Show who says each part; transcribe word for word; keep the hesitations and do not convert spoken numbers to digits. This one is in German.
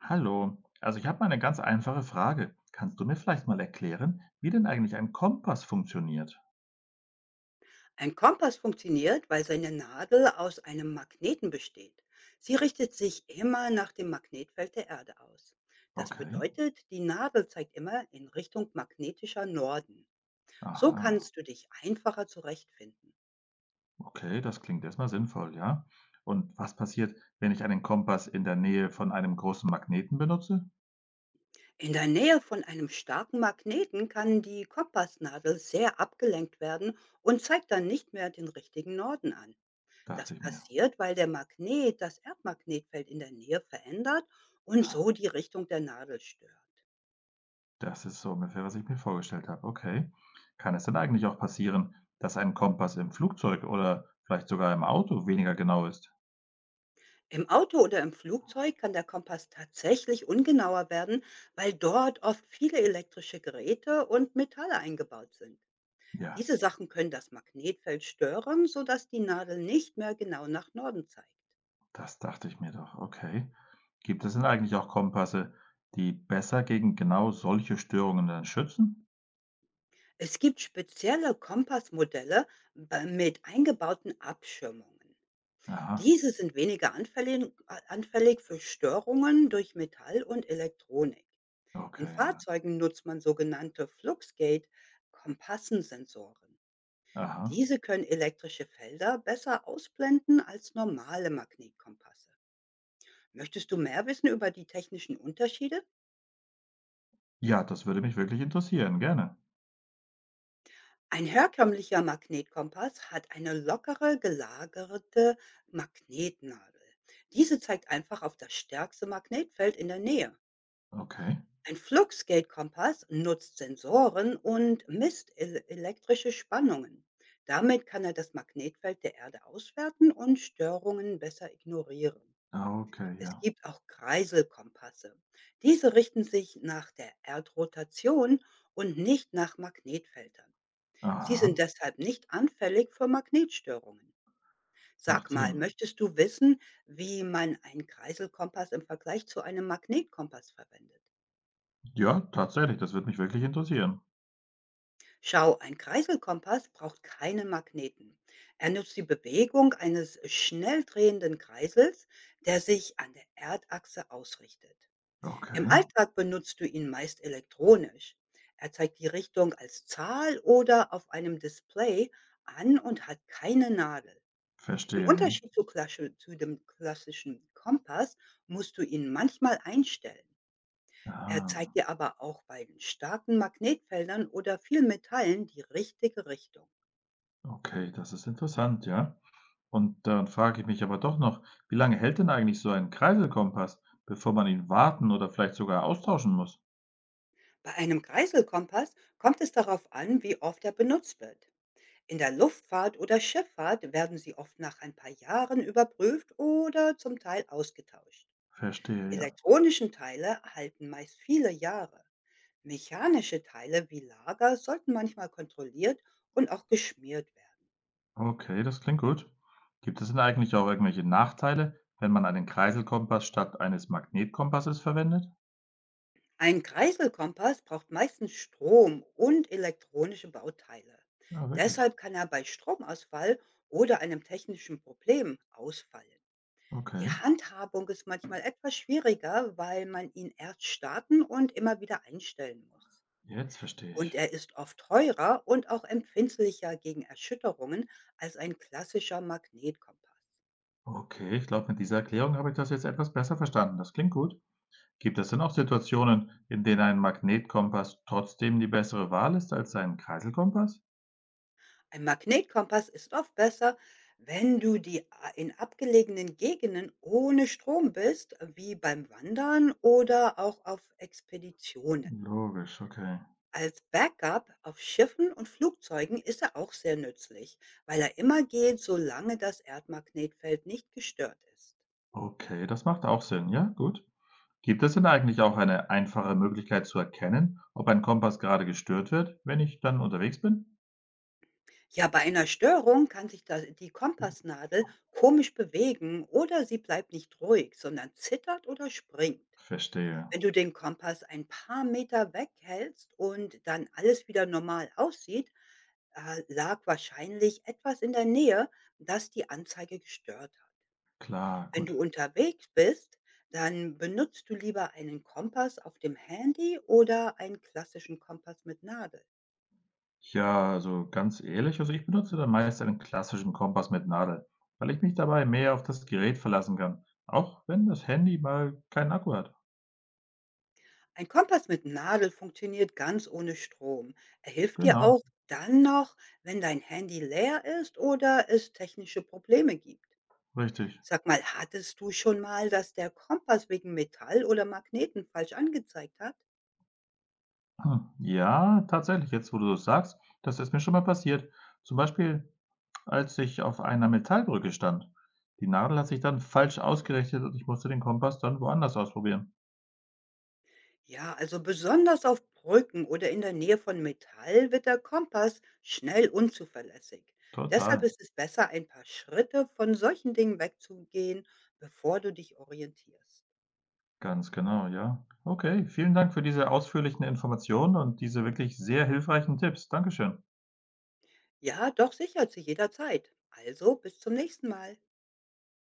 Speaker 1: Hallo, also ich habe mal eine ganz einfache Frage. Kannst du mir vielleicht mal erklären, wie denn eigentlich ein Kompass funktioniert?
Speaker 2: Ein Kompass funktioniert, weil seine Nadel aus einem Magneten besteht. Sie richtet sich immer nach dem Magnetfeld der Erde aus. Das
Speaker 1: Okay,
Speaker 2: bedeutet, die Nadel zeigt immer in Richtung magnetischer Norden. So
Speaker 1: aha,
Speaker 2: kannst du dich einfacher zurechtfinden.
Speaker 1: okay, das klingt erstmal sinnvoll, ja. Und was passiert, wenn ich einen Kompass in der Nähe von einem großen Magneten benutze?
Speaker 2: In der Nähe von einem starken Magneten kann die Kompassnadel sehr abgelenkt werden und zeigt dann nicht mehr den richtigen Norden an. Das
Speaker 1: Dachte ich mir.
Speaker 2: passiert, weil der Magnet das Erdmagnetfeld in der Nähe verändert und
Speaker 1: Ah,
Speaker 2: so die Richtung der Nadel stört.
Speaker 1: das ist so ungefähr, was ich mir vorgestellt habe. Okay. Kann es denn eigentlich auch passieren, dass ein Kompass im Flugzeug oder vielleicht sogar im Auto weniger genau ist?
Speaker 2: Im Auto oder im Flugzeug kann der Kompass tatsächlich ungenauer werden, weil dort oft viele elektrische Geräte und Metalle eingebaut sind.
Speaker 1: Ja.
Speaker 2: Diese Sachen können das Magnetfeld stören, sodass die Nadel nicht mehr genau nach Norden zeigt.
Speaker 1: Das dachte ich mir doch, okay. Gibt es denn eigentlich auch Kompasse, die besser gegen genau solche Störungen dann schützen?
Speaker 2: Es gibt spezielle Kompassmodelle bei- mit eingebauten Abschirmungen.
Speaker 1: Aha,
Speaker 2: Diese sind weniger anfällig, äh, anfällig für Störungen durch Metall und Elektronik. In
Speaker 1: okay, ja.
Speaker 2: Fahrzeugen nutzt man sogenannte Fluxgate-Kompassensensoren.
Speaker 1: Aha.
Speaker 2: Diese können elektrische Felder besser ausblenden als normale Magnetkompasse. Möchtest du mehr wissen über die technischen Unterschiede?
Speaker 1: Ja, das würde mich wirklich interessieren, gerne.
Speaker 2: Ein herkömmlicher Magnetkompass hat eine lockere, gelagerte Magnetnadel. Diese zeigt einfach auf das stärkste Magnetfeld in der Nähe.
Speaker 1: Okay.
Speaker 2: Ein Fluxgate-Kompass nutzt Sensoren und misst el elektrische Spannungen. Damit kann er das Magnetfeld der Erde auswerten und Störungen besser ignorieren.
Speaker 1: Ah, okay, ja.
Speaker 2: Es gibt auch Kreiselkompasse. Diese richten sich nach der Erdrotation und nicht nach Magnetfeldern. Sie sind
Speaker 1: Aha,
Speaker 2: deshalb nicht anfällig für Magnetstörungen. Sag
Speaker 1: macht
Speaker 2: mal,
Speaker 1: Sinn.
Speaker 2: möchtest du wissen, wie man einen Kreiselkompass im Vergleich zu einem Magnetkompass verwendet?
Speaker 1: Ja, tatsächlich, das würde mich wirklich interessieren.
Speaker 2: Schau, ein Kreiselkompass braucht keinen Magneten. Er nutzt die Bewegung eines schnell drehenden Kreisels, der sich an der Erdachse ausrichtet. Im
Speaker 1: Okay,
Speaker 2: Alltag benutzt du ihn meist elektronisch. Er zeigt die Richtung als Zahl oder auf einem Display an und hat keine Nadel. Im
Speaker 1: verstehe, ja.
Speaker 2: Unterschied zu, klasche- zu dem klassischen Kompass musst du ihn manchmal einstellen. Er
Speaker 1: Ah,
Speaker 2: zeigt dir aber auch bei den starken Magnetfeldern oder viel Metallen die richtige Richtung.
Speaker 1: okay, das ist interessant, ja. Und dann frage ich mich aber doch noch, wie lange hält denn eigentlich so ein Kreiselkompass, bevor man ihn warten oder vielleicht sogar austauschen muss?
Speaker 2: Bei einem Kreiselkompass kommt es darauf an, wie oft er benutzt wird. In der Luftfahrt oder Schifffahrt werden sie oft nach ein paar Jahren überprüft oder zum Teil ausgetauscht. Die
Speaker 1: Verstehe, ja.
Speaker 2: elektronischen Teile halten meist viele Jahre. Mechanische Teile wie Lager sollten manchmal kontrolliert und auch geschmiert werden.
Speaker 1: Okay, das klingt gut. Gibt es denn eigentlich auch irgendwelche Nachteile, wenn man einen Kreiselkompass statt eines Magnetkompasses verwendet?
Speaker 2: Ein Kreiselkompass braucht meistens Strom und elektronische Bauteile.
Speaker 1: Ah, wirklich?
Speaker 2: Deshalb kann er bei Stromausfall oder einem technischen Problem ausfallen. Die
Speaker 1: Okay,
Speaker 2: Handhabung ist manchmal etwas schwieriger, weil man ihn erst starten und immer wieder einstellen muss.
Speaker 1: jetzt verstehe
Speaker 2: Und
Speaker 1: ich.
Speaker 2: er ist oft teurer und auch empfindlicher gegen Erschütterungen als ein klassischer Magnetkompass.
Speaker 1: Okay, ich glaube, mit dieser Erklärung habe ich das jetzt etwas besser verstanden. Das klingt gut. Gibt es denn auch Situationen, in denen ein Magnetkompass trotzdem die bessere Wahl ist als ein Kreiselkompass?
Speaker 2: Ein Magnetkompass ist oft besser, wenn du die a- in abgelegenen Gegenden ohne Strom bist, wie beim Wandern oder auch auf Expeditionen.
Speaker 1: Logisch, okay.
Speaker 2: Als Backup auf Schiffen und Flugzeugen ist er auch sehr nützlich, weil er immer geht, solange das Erdmagnetfeld nicht gestört ist.
Speaker 1: Okay, das macht auch Sinn, ja, gut. Gibt es denn eigentlich auch eine einfache Möglichkeit zu erkennen, ob ein Kompass gerade gestört wird, wenn ich dann unterwegs bin?
Speaker 2: Ja, bei einer Störung kann sich das, die Kompassnadel komisch bewegen oder sie bleibt nicht ruhig, sondern zittert oder springt.
Speaker 1: Verstehe.
Speaker 2: Wenn du den Kompass ein paar Meter weghältst und dann alles wieder normal aussieht, äh, lag wahrscheinlich etwas in der Nähe, das die Anzeige gestört hat.
Speaker 1: Klar,
Speaker 2: Wenn du
Speaker 1: gut.
Speaker 2: unterwegs bist, dann benutzt du lieber einen Kompass auf dem Handy oder einen klassischen Kompass mit Nadel.
Speaker 1: Ja, also ganz ehrlich, also ich benutze dann meist einen klassischen Kompass mit Nadel, weil ich mich dabei mehr auf das Gerät verlassen kann, auch wenn das Handy mal keinen Akku hat.
Speaker 2: Ein Kompass mit Nadel funktioniert ganz ohne Strom. Er hilft dir
Speaker 1: Genau,
Speaker 2: auch dann noch, wenn dein Handy leer ist oder es technische Probleme gibt.
Speaker 1: richtig.
Speaker 2: Sag mal, hattest du schon mal, dass der Kompass wegen Metall oder Magneten falsch angezeigt hat?
Speaker 1: Hm. Ja, tatsächlich, jetzt wo du das sagst, das ist mir schon mal passiert. Zum Beispiel als ich auf einer Metallbrücke stand. Die Nadel hat sich dann falsch ausgerichtet und ich musste den Kompass dann woanders ausprobieren.
Speaker 2: Ja, also besonders auf Brücken oder in der Nähe von Metall wird der Kompass schnell unzuverlässig. Deshalb
Speaker 1: Total,
Speaker 2: ist es besser, ein paar Schritte von solchen Dingen wegzugehen, bevor du dich orientierst.
Speaker 1: ganz genau, ja. Okay, vielen Dank für diese ausführlichen Informationen und diese wirklich sehr hilfreichen Tipps. Dankeschön.
Speaker 2: Ja, doch sichert sich jederzeit. Also bis zum nächsten Mal.